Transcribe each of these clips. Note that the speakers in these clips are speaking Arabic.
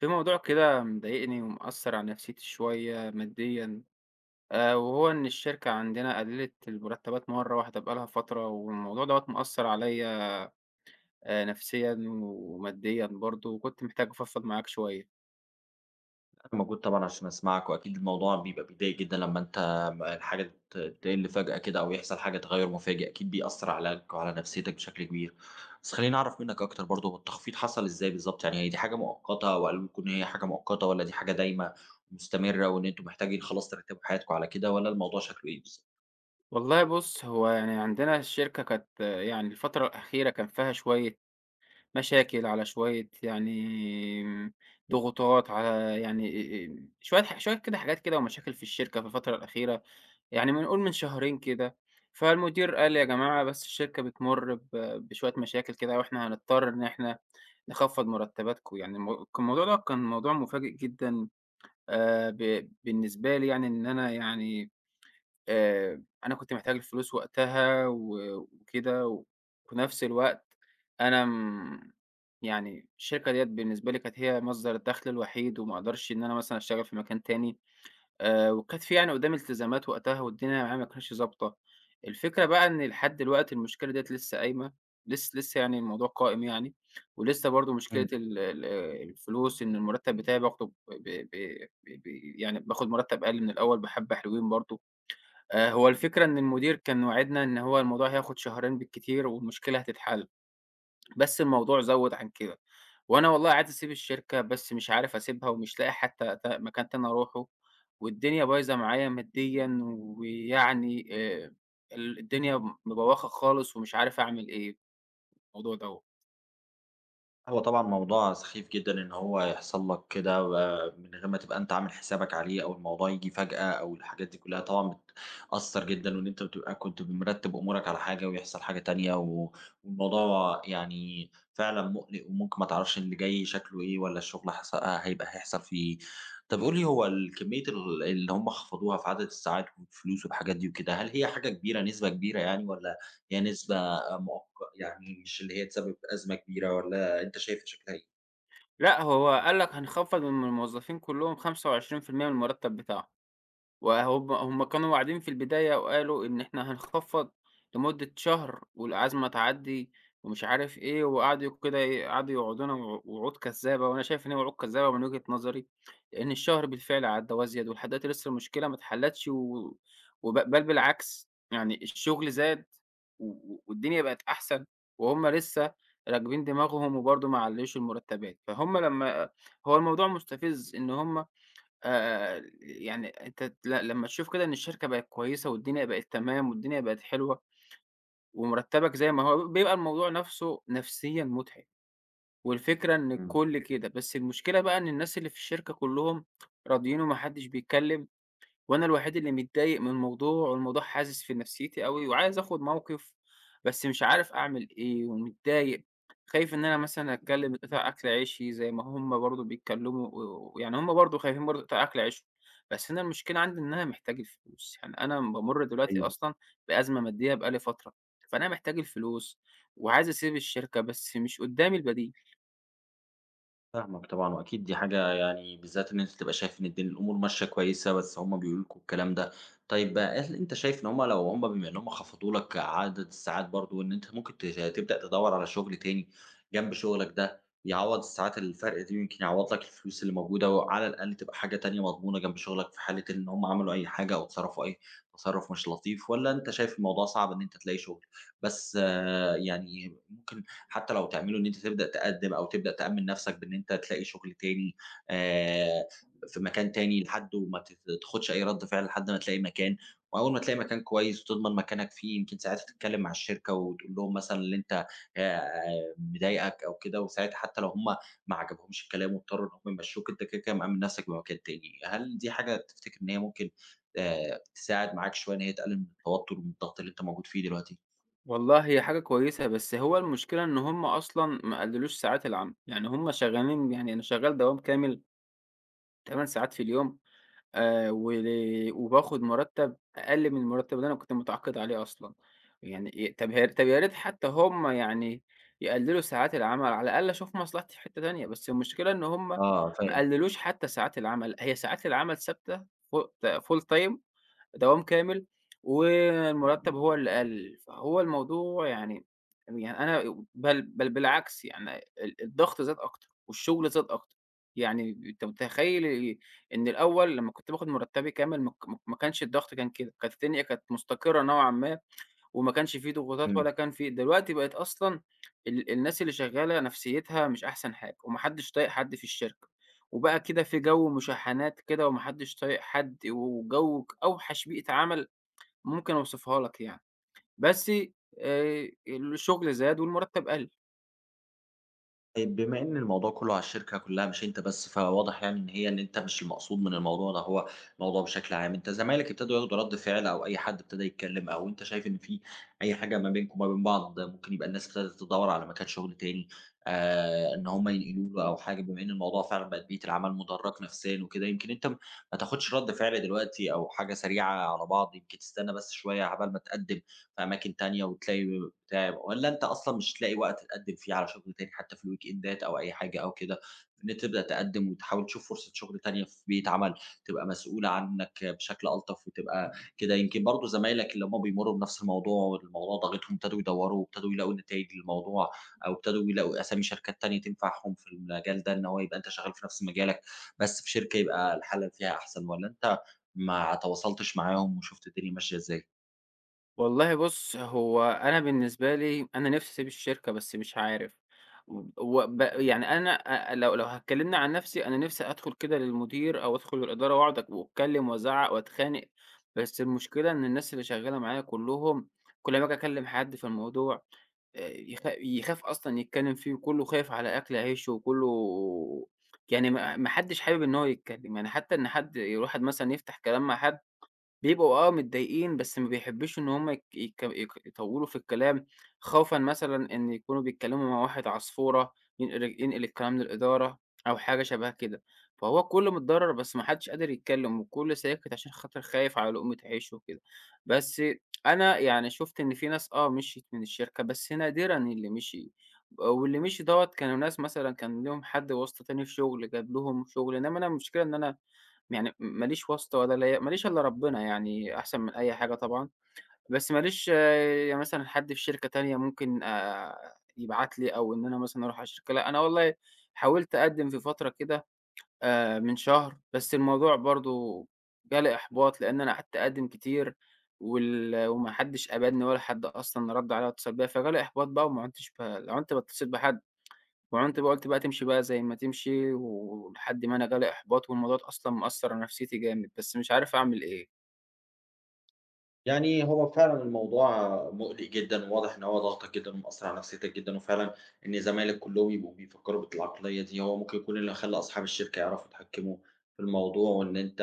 في موضوع كده مضايقني ومأثر على نفسيتي شوية ماديًا، وهو إن الشركة عندنا قللت المرتبات مرة واحدة بقى لها فترة، والموضوع دوّة مأثر عليَّ نفسيًا وماديًا برضه، وكنت محتاج أفضفض معاك شوية. أنا موجود طبعًا عشان أسمعك، وأكيد الموضوع بيبقى بيضايق جدًا لمّا أنت الحاجة تقِل فجأة كده أو يحصل حاجة تغيُّر مفاجئ، أكيد بيأثّر عليك وعلى نفسيتك بشكل كبير. بس خلّيني أعرف منّك أكتر برضه، هو التخفيض حصل إزاي بالضبط؟ يعني هي دي حاجة مؤقتة وقالوا لكم إن هي حاجة مؤقتة، والّا دي حاجة دايمة مستمرة وإن أنتم محتاجين خلاص ترتّبوا حياتكم على كده، والّا الموضوع شكله إيه بالضبط؟ والله بُص، هو يعني عندنا الشركة كانت، يعني الفترة الأخيرة كان فيها شوية مشاكل، على شوية يعني ضغوطات، على يعني شوية كده، حاجات كده ومشاكل في الشركة في الفترة الأخيرة، يعني من نقول من شهرين كده. فالمدير قال يا جماعة، بس الشركة بتمُر بشوية مشاكل كده، وإحنا هنضطر إن إحنا نخفّض مرتباتكم. يعني الموضوع ده كان موضوع مفاجئ جدًا، ب بالنسبة لي، يعني إن أنا يعني أنا كنت محتاج الفلوس وقتها وكده، وفي نفس الوقت أنا م يعني الشركة ديّة بالنسبة لي كانت هي مصدر الدخل الوحيد، وما أقدرش إن أنا مثلًا أشتغل في مكان تاني، وكانت في يعني قدّامي التزامات وقتها، والدنيا معايا ما كانتش ضابطة. الفكرة بقى إن لحد دلوقتي المشكلة ديّة لسه قايمة، لسه يعني الموضوع قائم يعني. ولسه برضه مشكلة ال الفلوس، إن المرتب بتاعي باخده ب ب ب ب يعني باخد مرتب أقل من الأول بحبة حلوين برضه. هو الفكرة إن المدير كان واعدنا إن هو الموضوع هياخد شهرين بالكتير والمشكلة هتتحل، بس الموضوع زوّد عن كده. وأنا والله عايز أسيب الشركة بس مش عارف أسيبها، ومش لاقي حتى مكان تاني أروحه، والدنيا بايظة معايا ماديًا، ويعني ال الدنيا مبوخة خالص ومش عارف أعمل إيه في الموضوع دوّة. هو طبعًا موضوع سخيف جدًا إن هو يحصل لك كده ومن غير ما تبقى أنت عامل حسابك عليه، أو الموضوع ييجي فجأة، أو الحاجات دي كلّها طبعًا بتأثّر جدًا، وإن أنت بتبقى كنت مرتّب أمورك على حاجة ويحصل حاجة تانية، والموضوع يعني فعلًا مُقلِق، وممكن ما تعرفش اللي جاي شكله إيه، والّا الشغل حص هيبقى هيحصل فيه إيه. طَب قُل لي، هو كمية اللي هم خفضوها في عدد الساعات والفلوس والحاجات دي وكده، هل هي حاجة كبيرة، نسبة كبيرة يعني، والّا هي نسبة مؤق يعني مش اللي هي تسبب أزمة كبيرة، والّا أنت شايفها شكلها إيه؟ لأ، هو قال لك هنخفّض من الموظفين كلّهم 25% من المرتب بتاعهم. وهُم كانوا واعدين في البداية وقالوا إن إحنا هنخفّض لمدة شهر والأزمة تعدّي ومش عارف إيه، وقعدوا كده قعدوا يوعدونا وعود كذّابة، وأنا شايف إن هي وعود كذّابة من وجهة نظري، لإن الشهر بالفعل عدّى وازيد ولحد دلوقتي لسه المشكلة ما اتحلّتش، و وب بل بالعكس، يعني الشغل زاد و و والدنيا بقت أحسن، وهُم لسه راكبين دماغهم وبرضه ما علّوش المرتبات. فهُم لمّا، هو الموضوع مستفز إن هُم، يعني أنت لمّا تشوف كده إن الشركة بقت كويسة والدنيا بقت تمام والدنيا بقت حلوة، ومرتّبك زي ما هو، بيبقى الموضوع نَفْسه نفسيًا مُتعب. والفكرة إن إمم، الكل كده، بس المشكلة بقى إن الناس اللي في الشركة كلّهم راضيين وما حدّش بيتكلّم، وأنا الوحيد اللي متضايق من الموضوع، والموضوع حازز في نفسيتي أوي، وعايز آخد موقف بس مش عارف أعمل إيه، ومتضايق. خايف إن أنا مثلًا أتكلم يتقطع أكل عيشي، زي ما هُم برضه بيتكلموا، ويعني هُم برضه خايفين برضه يتقطع أكل عيشهم. بس أنا المشكلة عندي إن أنا محتاج الفلوس، يعني أنا بامُر دلوقتي أيوه، أصلًا بأزمة مادية بقى لي فترة، فأنا محتاج الفلوس وعايز أسيب الشركة بس مش قدامي البديل. فاهمك طبعًا. وأكيد دي حاجة يعني، بالذات إن أنت تبقى شايف إن الأمور ماشية كويسة، بس هُم بيقولوا لكم الكلام ده. طيب بقى، هل أنت شايف إن هُم، لو هُم بما إن هُم خفضوا لك عدد الساعات برضه، إن أنت ممكن تبدأ تدوّر على شغل تاني جنب شغلك ده، يعوّض الساعات الفرق دي، ويمكن يعوّض لك الفلوس اللي موجودة، وعلى الأقل تبقى حاجة تانية مضمونة جنب شغلك في حالة إن هُم عملوا أي حاجة أو تصرّفوا أي تصرُّف مش لطيف؟ والّا أنت شايف الموضوع صعب إن أنت تلاقي شغل؟ بس يعني ممكن حتى لو تعمله إن أنت تبدأ تقدّم أو تبدأ تأمِّن نَفْسك بإن أنت تلاقي شغل تاني آآ، في مكان تاني، لحد وما تاخدش أي رَد فعل لحد ما تلاقي مكان. وأول ما تلاقي مكان كويس وتضمن مكانك فيه، يمكن ساعتها تتكلّم مع الشركة وتقول لهم مثلًا اللي أنت آآ، مضايقك أو كده، وساعتها حتى لو هم ما عجبهمش الكلام واضطروا إن هم يمشّوك، أنت كده، كده مأمِّن نَفْسك بمكان تاني. هل دي حاجة تفتكر إن هي ممكن تساعد معاك شوية، إن هي تقلِّل من التوتُّر والضغط اللي أنت موجود فيه دلوقتي؟ والله هي حاجة كويسة، بس هو المشكلة إن هُم أصلًا ما قللوش ساعات العمل، يعني هُم شغالين، يعني أنا شغال دوام كامل، 8 ساعات في اليوم، ول وباخد مرتب أقل من المرتب اللي أنا كنت متعاقد عليه أصلًا. يعني ي طب ه طب يا ريت حتى هُم يعني يقللوا ساعات العمل، على الأقل أشوف مصلحتي في حتة تانية، بس المشكلة إن هُم آه، ما فاهم. قللوش حتى ساعات العمل، هي ساعات العمل ثابتة، ف full time، دوام كامل، والمرتب هو اللي قَل. فهو الموضوع يعني أنا بل بل بالعكس، يعني الضغط زاد أكتر، والشغل زاد أكتر. يعني أنت متخيّل إن الأول لمّا كنت باخد مرتبي كامل ما كانش الضغط كان كده، كانت الدنيا كانت مستقرة نوعًا ما. وما كانش في ضغوطات إمم. ولا كان في، دلوقتي بقت أصلًا الناس اللي شغّالة نفسيتها مش أحسن حاجة، وما حدش طايق حد في الشركة، وبقى كده في جو مشاحنات كده، وما حدش طايق حد، وجو أوحش بيئة عمل ممكن أوصفها لك يعني. بس الشغل زاد والمرتب قَل. طيب بما إن الموضوع كُلّه على الشركة كُلّها مش أنت بس، فواضح يعني إن هي، إن أنت مش المقصود من الموضوع ده، هو موضوع بشكل عام. أنت زمايلك ابتدوا ياخدوا رَد فعل؟ أو أي حد ابتدى يتكلّم؟ أو أنت شايف إن في أي حاجة ما بينكم وما بين بعض؟ ممكن يبقى الناس ابتدت تدوّر على مكان شغل تاني إن هم ينقلوا له أو حاجة، بما إن الموضوع فعلًا بقت بيئة العمل مُدرّك نفسيًا وكده. يمكن أنت ما تاخدش رَد فعل دلوقتي أو حاجة سريعة على بعض، يمكن تستنى بس شوية عقبال ما تقدّم في أماكن تانية وتلاقي بتاع. والّا أنت أصلًا مش تلاقي وقت تقدّم فيه على شغل تاني، حتى في الويكندات أو أي حاجة أو كده، إن أنت تبدأ تقدّم وتحاول تشوف فرصة شغل تانية في بيئة عمل تبقى مسؤولة عنك بشكل ألطف وتبقى كده. يمكن برضه زمايلك اللي هم بيمرّوا بنفس الموضوع والموضوع ضاغطهم ابتدوا يدوّروا وابتدوا يلاقوا نتايج للموضوع، أو ابتدوا يلاقوا أسامي شركات تانية تنفعهم في المجال ده، إن هو يبقى أنت شغال في نفس مجالك بس في شركة يبقى الحالة فيها أحسن؟ والّا أنت ما تواصلتش معاهم وشُفت الدنيا ماشية إزاي؟ والله بُص، هو أنا بالنسبة لي، أنا نِفْسي أسيب الشركة بس مش عارف، يعني أنا، أ لو لو اتكلمنا عن نَفْسي، أنا نِفْسي أدخل كده للمدير أو أدخل للإدارة وأقعد وأتكلم وأزعّق وأتخانق. بس المشكلة إن الناس اللي شغّالة معايا كلّهم، كل ما آجي أكلم حد في الموضوع يخاف أصلًا يتكلم فيه، وكلّه خايف على أكل عيشه، وكلّه يعني ما حدّش حابب إن هو يتكلم. يعني حتى إن حد يروح مثلًا يفتح كلام مع حد، بيبقوا متضايقين، بس ما بيحبّوش إن هم يك يك يك يطوّلوا في الكلام، خوفًا مثلًا إن يكونوا بيتكلّموا مع واحد عصفورة ينقل الكلام للإدارة أو حاجة شبه كده. فهو الكل متضرّر بس ما حدّش قادر يتكلّم، والكل ساكت عشان خاطر خايف على لقمة عيشه وكده. بس أنا يعني شُفت إن في ناس مشيت من الشركة، بس نادرًا اللي مشي، واللي مشي دوّة كانوا ناس مثلًا كان ليهم حد واسطة تاني في شغل جاب لهم شغل، إنّما أنا المشكلة إن أنا يعني ماليش واسطة، ولا ليّا ماليش إلا ربنا، يعني أحسن من أي حاجة طبعًا. بس ماليش يعني مثلًا حد في شركة تانية ممكن يبعت لي، أو إن أنا مثلًا أروح على الشركة. لأ، أنا والله حاولت أقدّم في فترة كده، من شهر، بس الموضوع برضه جالي إحباط، لإن أنا قعدت أقدّم كتير وما حدش قبلني، ولا حد أصلًا رَد عليّا واتصل بيّا، فجالي إحباط بقى وما عُدتش لا عُنت باتصل بحد. وأنت بقى قُلت بقى تمشي بقى زي ما تمشي، ولحد ما أنا جالي إحباط، والموضوع ده أصلًا مأثّر على نفسيتي جامد، بس مش عارف أعمل إيه. يعني هو فعلًا الموضوع مُقلِق جدًا، وواضح إن هو ضاغطك جدًا ومأثّر على نفسيتك جدًا. وفعلًا إن زمايلك كلّهم يبقوا بيفكّروا بالعقلية دي، هو ممكن يكون اللي خلّى أصحاب الشركة يعرفوا يتحكّموا في الموضوع، وإن أنت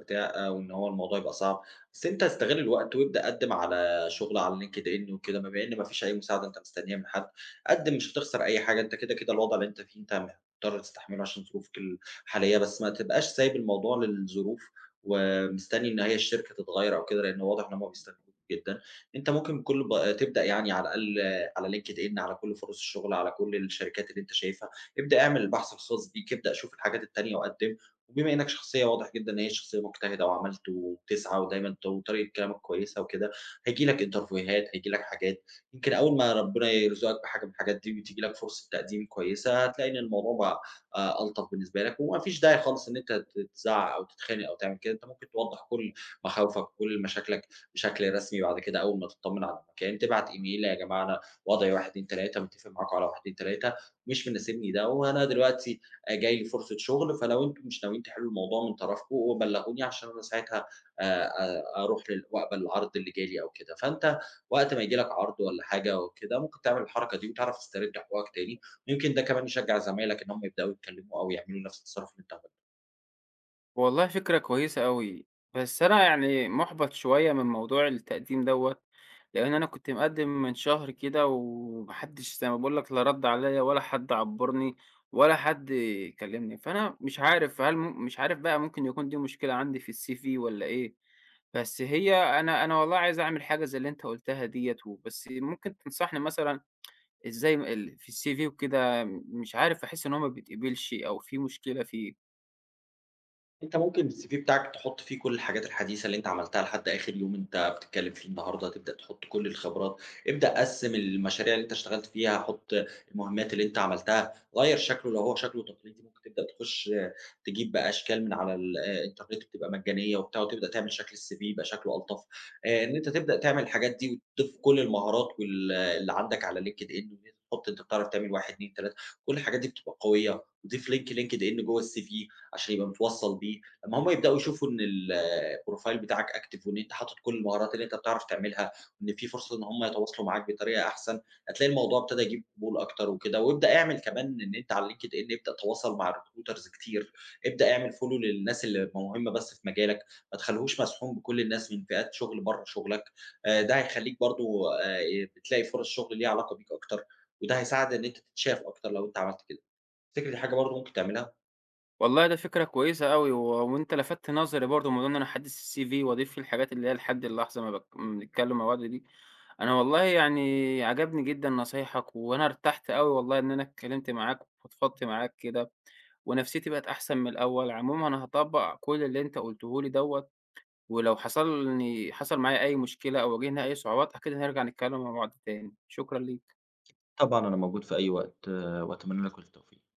بتاع وإن هو الموضوع يبقى صعب. بس أنت استغِل الوقت وابدأ قدّم على شُغل على LinkedIn وكده، بما إن ما فيش أي مساعدة أنت مستنّيها من حد. قدّم، مش هتخسر أي حاجة. أنت كده، كده الوضع اللي أنت فيه أنت مضطر تستحمله عشان ظروفك الحالية، بس ما تبقاش سايب الموضوع للظروف ومستني إن هي الشركة تتغيّر أو كده، لإن واضح إن هم بيستغلوك جدًا. أنت ممكن كل ب تبدأ يعني على الأقل على LinkedIn، على كل فرص الشغل، على كل الشركات اللي أنت شايفها، ابدأ اعمل البحث الخاص بيك، ابدأ شوف الحاجات التانية وقدّم. وبما إنّك شخصية واضح جدًا إن هي شخصية مجتهدة وعملت وبتسعى ودايمًا طريقة كلامك كويسة وكده، هييجي لك انترفيوهات، هييجي لك حاجات. يمكن أول ما ربنا يرزقك بحاجة من الحاجات دي وتيجي لك فرصة تقديم كويسة، هتلاقي إن الموضوع بقى ألطف بالنسبة لك، وما فيش داعي خالص إن أنت تزعّق أو تتخانق أو تعمل كده. أنت ممكن توضّح كل مخاوفك وكل مشاكلك بشكل رسمي بعد كده، أول ما تطّمن على المكان، تبعت إيميل: "يا جماعة، أنا وضعي 1، 2، 3، متّفق معاكم على 1، 2، 3 مش مناسبني ده، وأنا دلوقتي جاي لي فرصة شغل، فلو أنتم مش ناويين تحلّوا الموضوع من طرفكم بلّغوني، عشان أنا ساعتها أ أروح وأقبل العرض اللي جه لي"، أو كده. فأنت وقت ما ييجي لك عرض والّا حاجة وكده، ممكن تعمل الحركة دي وتعرف تسترد حقوقك تاني، ويمكن ده كمان يشجّع زمايلك إن هم يبدأوا يتكلّموا أو يعملوا نَفْس التصرُّف اللي أنت عملته. والله فكرة كويسة أوي، بس أنا يعني مُحبَط شوية من موضوع التقديم دوّة، لإن أنا كنت مقدّم من شهر كده، وما حدش، زي ما باقول لك، لا رَد عليَّ ولا حد عبّرني، ولا حد كلّمني، فأنا مش عارف، هل م مش عارف بقى، ممكن يكون دي مشكلة عندي في الCV والّا إيه. بس أنا والله عايز أعمل حاجة زي اللي أنت قُلتها ديّة، وبس ممكن تنصحني مثلًا إزاي م ال في الCV وكده، مش عارف، أحس إن هو ما بيتقبلش أو في مشكلة فيه. أنت ممكن الCV بتاعك تحُط فيه كل الحاجات الحديثة اللي أنت عملتها لحد آخر يوم أنت بتتكلم فيه النهارده، تبدأ تحُط كل الخبرات، ابدأ قسِّم المشاريع اللي أنت اشتغلت فيها، حُط المهمات اللي أنت عملتها، غيّر شكله لو هو شكله تقليدي. ممكن تبدأ تخش تجيب بقى أشكال من على الإنترنت بتبقى مجانية وبتاع، وتبدأ تعمل شكل الCV يبقى شكله ألطف. إن أنت تبدأ تعمل الحاجات دي وتضيف كل المهارات وال آه، اللي عندك على LinkedIn، وتحُط أنت بتعرف تعمل 1، 2، 3، كل الحاجات دي بتبقى قوية. وضيف link LinkedIn جوّه الCV عشان يبقى متوصّل بيه. لمّا هم يبدأوا يشوفوا إن الprofile بتاعك active وإن أنت حاطط كل المهارات اللي أنت بتعرف تعملها، وإن في فرصة إن هم يتواصلوا معاك بطريقة أحسن، هتلاقي الموضوع ابتدى يجيب قبول أكتر وكده. وابدأ اعمل كمان إن أنت على الLinkedIn ابدأ تواصل مع الrecruiters كتير، ابدأ اعمل follow للناس اللي مهمة بس في مجالك، ما تخلّيهوش مسحوم بكل الناس من فئات شغل برّه شغلك. ده هيخلّيك برضه بتلاقي فرص شغل ليها علاقة بيك أكتر، وده هيساعد إن أنت تتشاف أكتر لو أنت عملت كده. تفتكر دي حاجة برضه ممكن تعملها؟ والله ده فكرة كويسة أوي، وأنت لفتت نظري برضه موضوع إن أنا أحدّث الCV وأضيف فيه الحاجات اللي هي لحد اللحظة ما بنتكلم مع بعض دي. أنا والله يعني عجبني جدًا نصايحك، وأنا ارتحت أوي والله إن أنا اتكلمت معاك وفضفضت معاك كده، ونفسيتي بقت أحسن من الأول. عمومًا أنا هاطبّق كل اللي أنت قُلته لي دوّة، ولو حصل معايا أي مشكلة أو واجهنا أي صعوبات، أكيد هنرجع نتكلم مع بعض تاني. شكرًا ليك. طبعًا أنا موجود في أي وقت، وأتمنى لك كل التوفيق.